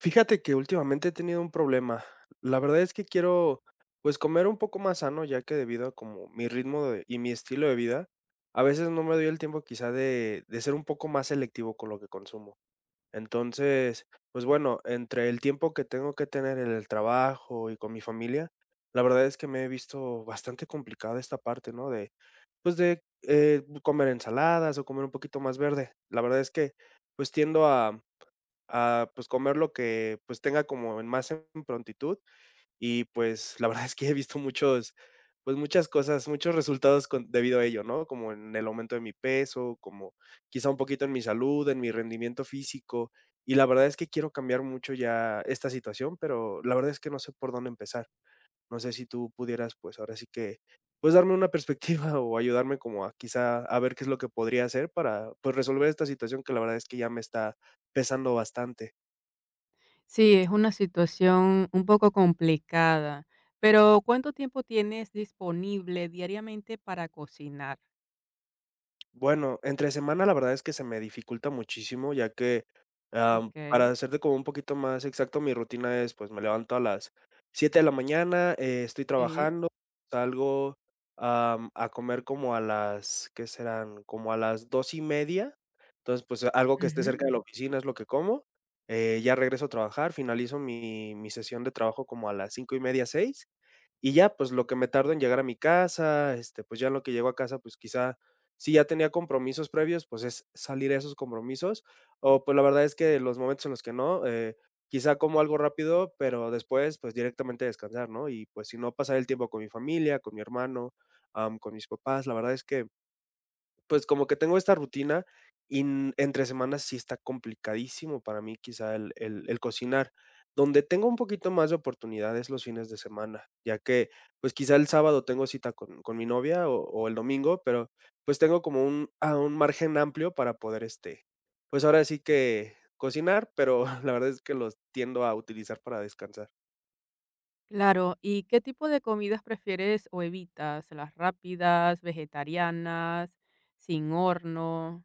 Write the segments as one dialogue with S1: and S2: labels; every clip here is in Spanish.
S1: Fíjate que últimamente he tenido un problema. La verdad es que quiero, pues, comer un poco más sano, ya que debido a como mi ritmo de y mi estilo de vida, a veces no me doy el tiempo quizá de ser un poco más selectivo con lo que consumo. Entonces, pues bueno, entre el tiempo que tengo que tener en el trabajo y con mi familia, la verdad es que me he visto bastante complicada esta parte, ¿no? De, pues, de, comer ensaladas o comer un poquito más verde. La verdad es que, pues, tiendo a, pues, comer lo que, pues, tenga como en más en prontitud y, pues, la verdad es que he visto muchos, pues, muchas cosas, muchos resultados con debido a ello, ¿no? Como en el aumento de mi peso, como quizá un poquito en mi salud, en mi rendimiento físico, y la verdad es que quiero cambiar mucho ya esta situación, pero la verdad es que no sé por dónde empezar. No sé si tú pudieras, pues, ahora sí que, pues, darme una perspectiva o ayudarme como a quizá a ver qué es lo que podría hacer para, pues, resolver esta situación que la verdad es que ya me está pesando bastante.
S2: Sí, es una situación un poco complicada, pero ¿cuánto tiempo tienes disponible diariamente para cocinar?
S1: Bueno, entre semana la verdad es que se me dificulta muchísimo, ya que,
S2: Okey,
S1: para hacerte como un poquito más exacto, mi rutina es, pues, me levanto a las 7 de la mañana, estoy
S2: sí,
S1: trabajando, salgo, a comer como a las, ¿qué serán? Como a las 2 y media. Entonces, pues, algo que esté
S2: ujú,
S1: cerca de la oficina es lo que como, ya regreso a trabajar, finalizo mi sesión de trabajo como a las 5 y media, 6. Y ya, pues, lo que me tardo en llegar a mi casa, este, pues, ya en lo que llego a casa, pues, quizá, si ya tenía compromisos previos, pues, es salir a esos compromisos, o, pues, la verdad es que los momentos en los que no, quizá como algo rápido, pero después, pues, directamente descansar, ¿no? Y, pues, si no, pasar el tiempo con mi familia, con mi hermano, con mis papás, la verdad es que pues, como que tengo esta rutina y n entre semanas sí está complicadísimo para mí quizá el el cocinar. Donde tengo un poquito más de oportunidades los fines de semana, ya que, pues, quizá el sábado tengo cita con mi novia o el domingo, pero, pues, tengo como un un margen amplio para poder, este, pues, ahora sí que cocinar, pero la verdad es que los tiendo a utilizar para descansar.
S2: claro, ¿y qué tipo de comidas prefieres o evitas? ¿Las rápidas, vegetarianas, sin horno?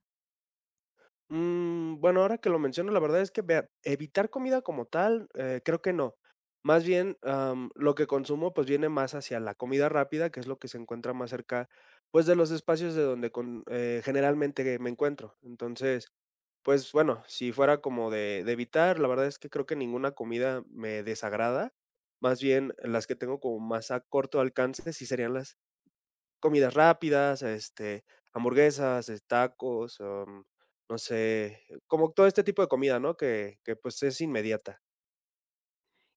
S1: Mm, bueno, ahora que lo menciono, la verdad es que vea, evitar comida como tal, creo que no. Más bien, lo que consumo, pues viene más hacia la comida rápida, que es lo que se encuentra más cerca, pues de los espacios de donde con, generalmente me encuentro. Entonces, pues bueno, si fuera como de evitar, la verdad es que creo que ninguna comida me desagrada. Más bien, las que tengo como más a corto alcance, sí serían las comidas rápidas, este, hamburguesas, tacos, no sé, como todo este tipo de comida, ¿no? Que, pues, es inmediata.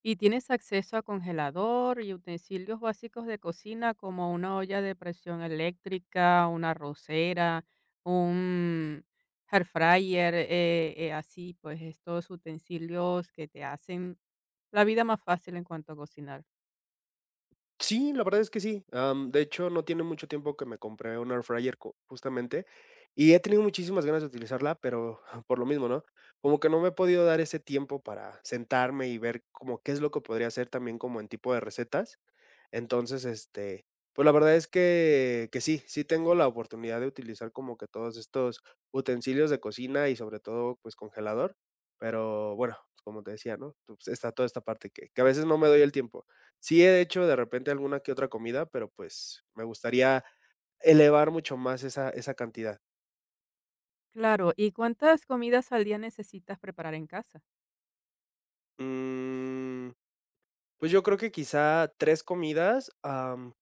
S2: ¿Y tienes acceso a congelador y utensilios básicos de cocina como una olla de presión eléctrica, una arrocera, un air fryer, así, pues estos utensilios que te hacen la vida más fácil en cuanto a cocinar?
S1: Sí, la verdad es que sí. Am, de hecho, no tiene mucho tiempo que me compré un air fryer co justamente, y he tenido muchísimas ganas de utilizarla, pero por lo mismo, ¿no? Como que no me he podido dar ese tiempo para sentarme y ver como qué es lo que podría hacer también como en tipo de recetas. Entonces, este, pues, la verdad es que sí, sí tengo la oportunidad de utilizar como que todos estos utensilios de cocina y sobre todo, pues, congelador, pero bueno, como te decía, ¿no? Pues, está toda esta parte que a veces no me doy el tiempo. Sí he hecho de repente alguna que otra comida, pero, pues, me gustaría elevar mucho más esa cantidad.
S2: Claro, ¿y cuántas comidas al día necesitas preparar en casa?
S1: Mm. Pues yo creo que quizá 3 comidas,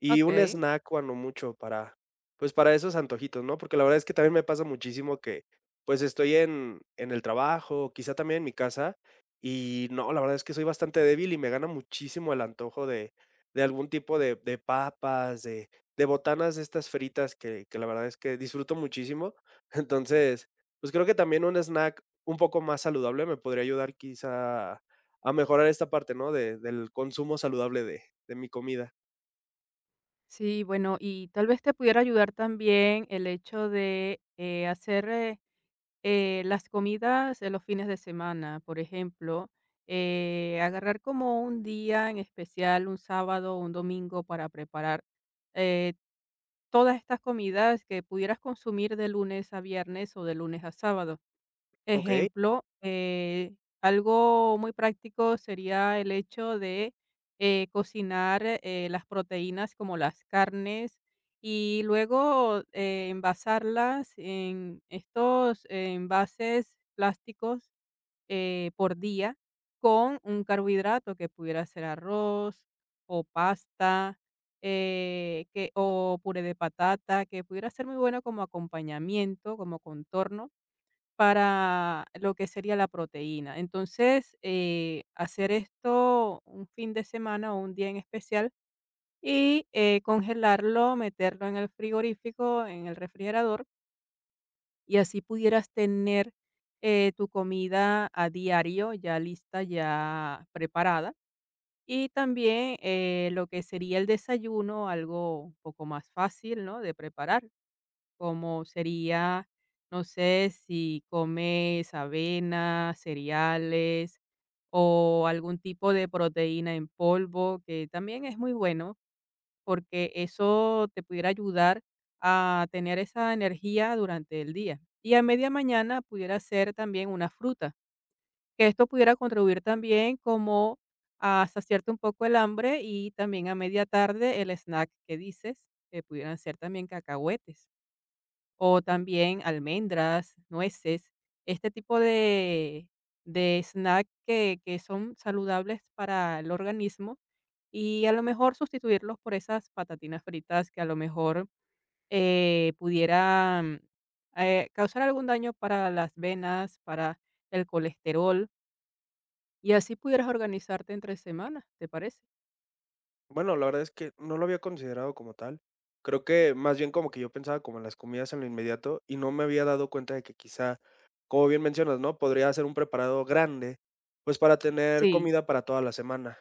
S1: y
S2: Ok,
S1: un snack cuando mucho para, pues, para esos antojitos, ¿no? Porque la verdad es que también me pasa muchísimo que, pues, estoy en el trabajo, quizá también en mi casa, y no, la verdad es que soy bastante débil y me gana muchísimo el antojo de algún tipo de papas, de botanas de estas fritas que la verdad es que disfruto muchísimo. Entonces, pues, creo que también un snack un poco más saludable me podría ayudar quizá a mejorar esta parte, ¿no? De del consumo saludable de mi comida.
S2: sí, bueno, y tal vez te pudiera ayudar también el hecho de hacer las comidas en los fines de semana, por ejemplo, agarrar como un día en especial, un sábado, un domingo para preparar eh, todas estas comidas que pudieras consumir de lunes a viernes o de lunes a sábado.
S1: Okey.
S2: Ejemplo, algo muy práctico sería el hecho de cocinar las proteínas como las carnes y luego envasarlas en estos envases plásticos por día con un carbohidrato que pudiera ser arroz o pasta o puré de patata, que pudiera ser muy bueno como acompañamiento, como contorno para lo que sería la proteína. Entonces, hacer esto un fin de semana o un día en especial y, congelarlo, meterlo en el frigorífico, en el refrigerador, y así pudieras tener, tu comida a diario ya lista, ya preparada. Y también, lo que sería el desayuno, algo un poco más fácil, ¿no?, de preparar como sería, no sé si comes avena, cereales o algún tipo de proteína en polvo, que también es muy bueno porque eso te pudiera ayudar a tener esa energía durante el día. Y a media mañana pudiera ser también una fruta, que esto pudiera contribuir también como a saciarte un poco el hambre y también a media tarde el snack que dices, que pudieran ser también cacahuetes. O también almendras, nueces, este tipo de snack que son saludables para el organismo, y a lo mejor sustituirlos por esas patatinas fritas que a lo mejor, pudieran, causar algún daño para las venas, para el colesterol, y así pudieras organizarte entre semana, ¿te parece?
S1: Bueno, la verdad es que no lo había considerado como tal. Creo que más bien como que yo pensaba como en las comidas en lo inmediato y no me había dado cuenta de que quizá, como bien mencionas, ¿no? Podría hacer un preparado grande, pues, para tener
S2: Sí,
S1: comida para toda la semana.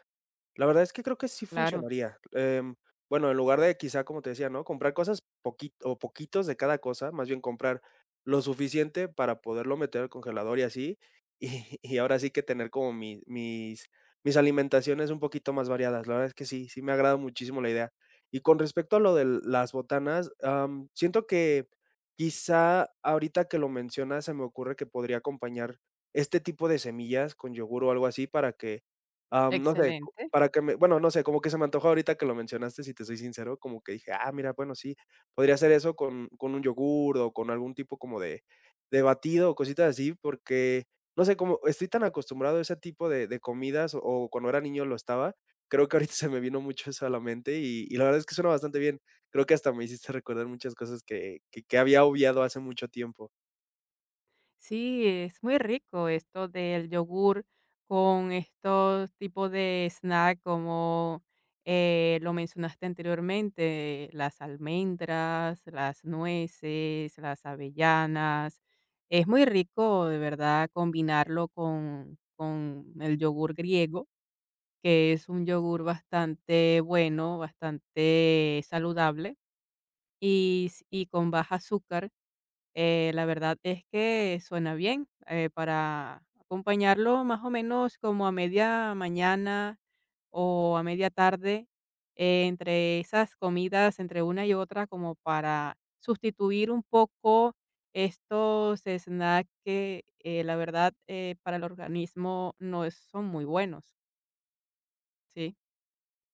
S1: La verdad es que creo que sí
S2: claro,
S1: funcionaría. Em, bueno, en lugar de quizá, como te decía, ¿no? Comprar cosas poquito o poquitos de cada cosa, más bien comprar lo suficiente para poderlo meter al congelador y así, y y ahora sí que tener como mi mis mis alimentaciones un poquito más variadas. La verdad es que sí, sí me agrada muchísimo la idea. Y con respecto a lo de las botanas, siento que quizá ahorita que lo mencionas se me ocurre que podría acompañar este tipo de semillas con yogur o algo así para que, no sé,
S2: excelente.
S1: para que me bueno, no sé, como que se me antojó ahorita que lo mencionaste, si te soy sincero, como que dije: "Ah, mira, bueno, sí, podría hacer eso con un yogur o con algún tipo como de batido o cositas así", porque, no sé, como estoy tan acostumbrado a ese tipo de comidas, o cuando era niño lo estaba, creo que ahorita se me vino mucho eso a la mente y la verdad es que suena bastante bien. Creo que hasta me hiciste recordar muchas cosas que había obviado hace mucho tiempo.
S2: Sí, es muy rico esto del yogur con estos tipos de snack como lo mencionaste anteriormente, las almendras, las nueces, las avellanas. Es muy rico, de verdad, combinarlo con el yogur griego, que es un yogur bastante bueno, bastante saludable y, y con baja azúcar la verdad es que suena bien, para acompañarlo más o menos como a media mañana o a media tarde, entre esas comidas, entre una y otra, como para sustituir un poco estos snacks que la verdad para el organismo no es- son muy buenos, ¿sí?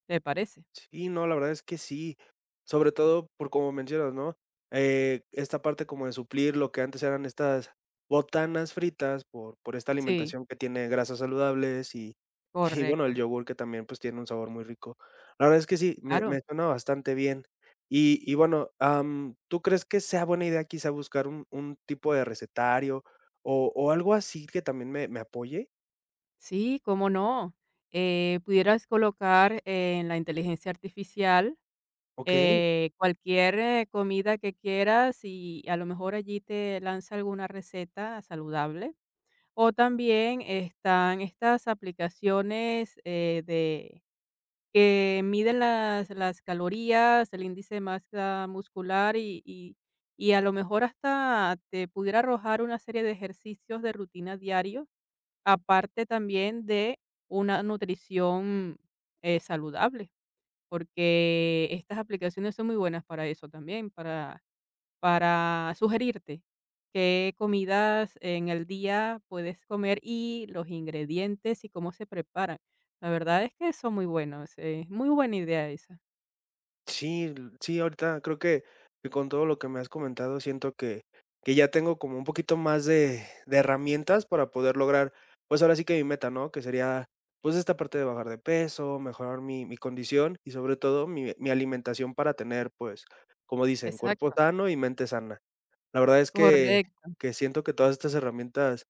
S2: ¿Te parece?
S1: Sí, no, la verdad es que sí. Sobre todo por como mencionas, ¿no? Esta parte como de suplir lo que antes eran estas botanas fritas por esta
S2: Sí,
S1: alimentación que tiene grasas saludables y, y bueno, el
S2: correcto.
S1: yogur que también pues tiene un sabor muy rico. La verdad es que sí, me
S2: Claro.
S1: suena bastante bien. Y bueno, ¿tú crees que sea buena idea quizá buscar un tipo de recetario o algo así que también me apoye?
S2: Sí, cómo no. Pudieras colocar en la inteligencia artificial
S1: ¿Ok?
S2: Cualquier, comida que quieras y a lo mejor allí te lanza alguna receta saludable. O también están estas aplicaciones, de que miden las calorías, el índice de masa muscular y a lo mejor hasta te pudiera arrojar una serie de ejercicios de rutina diario, aparte también de una nutrición, saludable porque estas aplicaciones son muy buenas para eso también, para sugerirte qué comidas en el día puedes comer y los ingredientes y cómo se preparan. La verdad es que son muy buenos, es muy buena idea esa.
S1: Sí, sí, ahorita creo que con todo lo que me has comentado, siento que ya tengo como un poquito más de herramientas para poder lograr, pues, ahora sí que mi meta, ¿no? Que sería, pues, esta parte de bajar de peso, mejorar mi condición y, sobre todo, mi alimentación para tener, pues, como dicen, cuerpo
S2: Exacto,
S1: sano y mente sana. La verdad es
S2: correcto.
S1: que siento que todas estas herramientas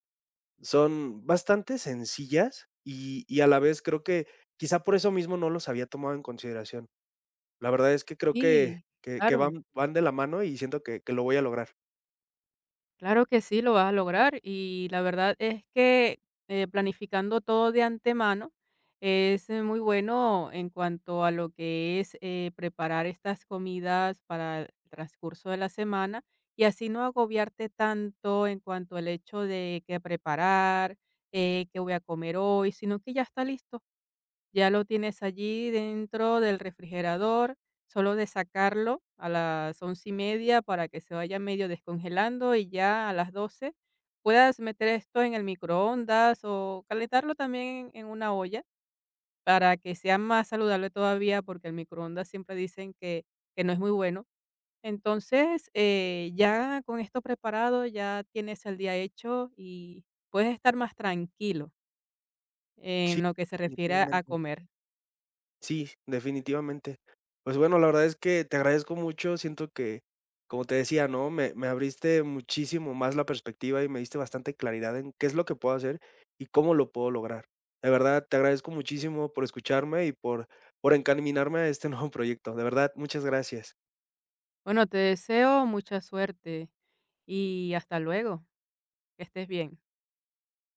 S1: son bastante sencillas y a la vez creo que quizá por eso mismo no los había tomado en consideración. La verdad es que creo
S2: Sí,
S1: que
S2: claro.
S1: van van de la mano y siento que lo voy a lograr.
S2: Claro que sí, lo vas a lograr y la verdad es que planificando todo de antemano es muy bueno en cuanto a lo que es preparar estas comidas para el transcurso de la semana y así no agobiarte tanto en cuanto al hecho de que preparar, qué voy a comer hoy, sino que ya está listo. Ya lo tienes allí dentro del refrigerador, solo de sacarlo a las 11:30 para que se vaya medio descongelando y ya a las 12:00 puedas meter esto en el microondas o calentarlo también en una olla para que sea más saludable todavía, porque el microondas siempre dicen que no es muy bueno. Entonces, ya con esto preparado, ya tienes el día hecho y puedes estar más tranquilo
S1: Sí,
S2: en lo que se refiere a
S1: definitivamente.
S2: comer.
S1: Sí, definitivamente. Pues, bueno, la verdad es que te agradezco mucho, siento que, como te decía, ¿no?, me me abriste muchísimo más la perspectiva y me diste bastante claridad en qué es lo que puedo hacer y cómo lo puedo lograr. De verdad, te agradezco muchísimo por escucharme y por encaminarme a este nuevo proyecto. De verdad, muchas gracias.
S2: Bueno, te deseo mucha suerte y hasta luego. Que estés bien.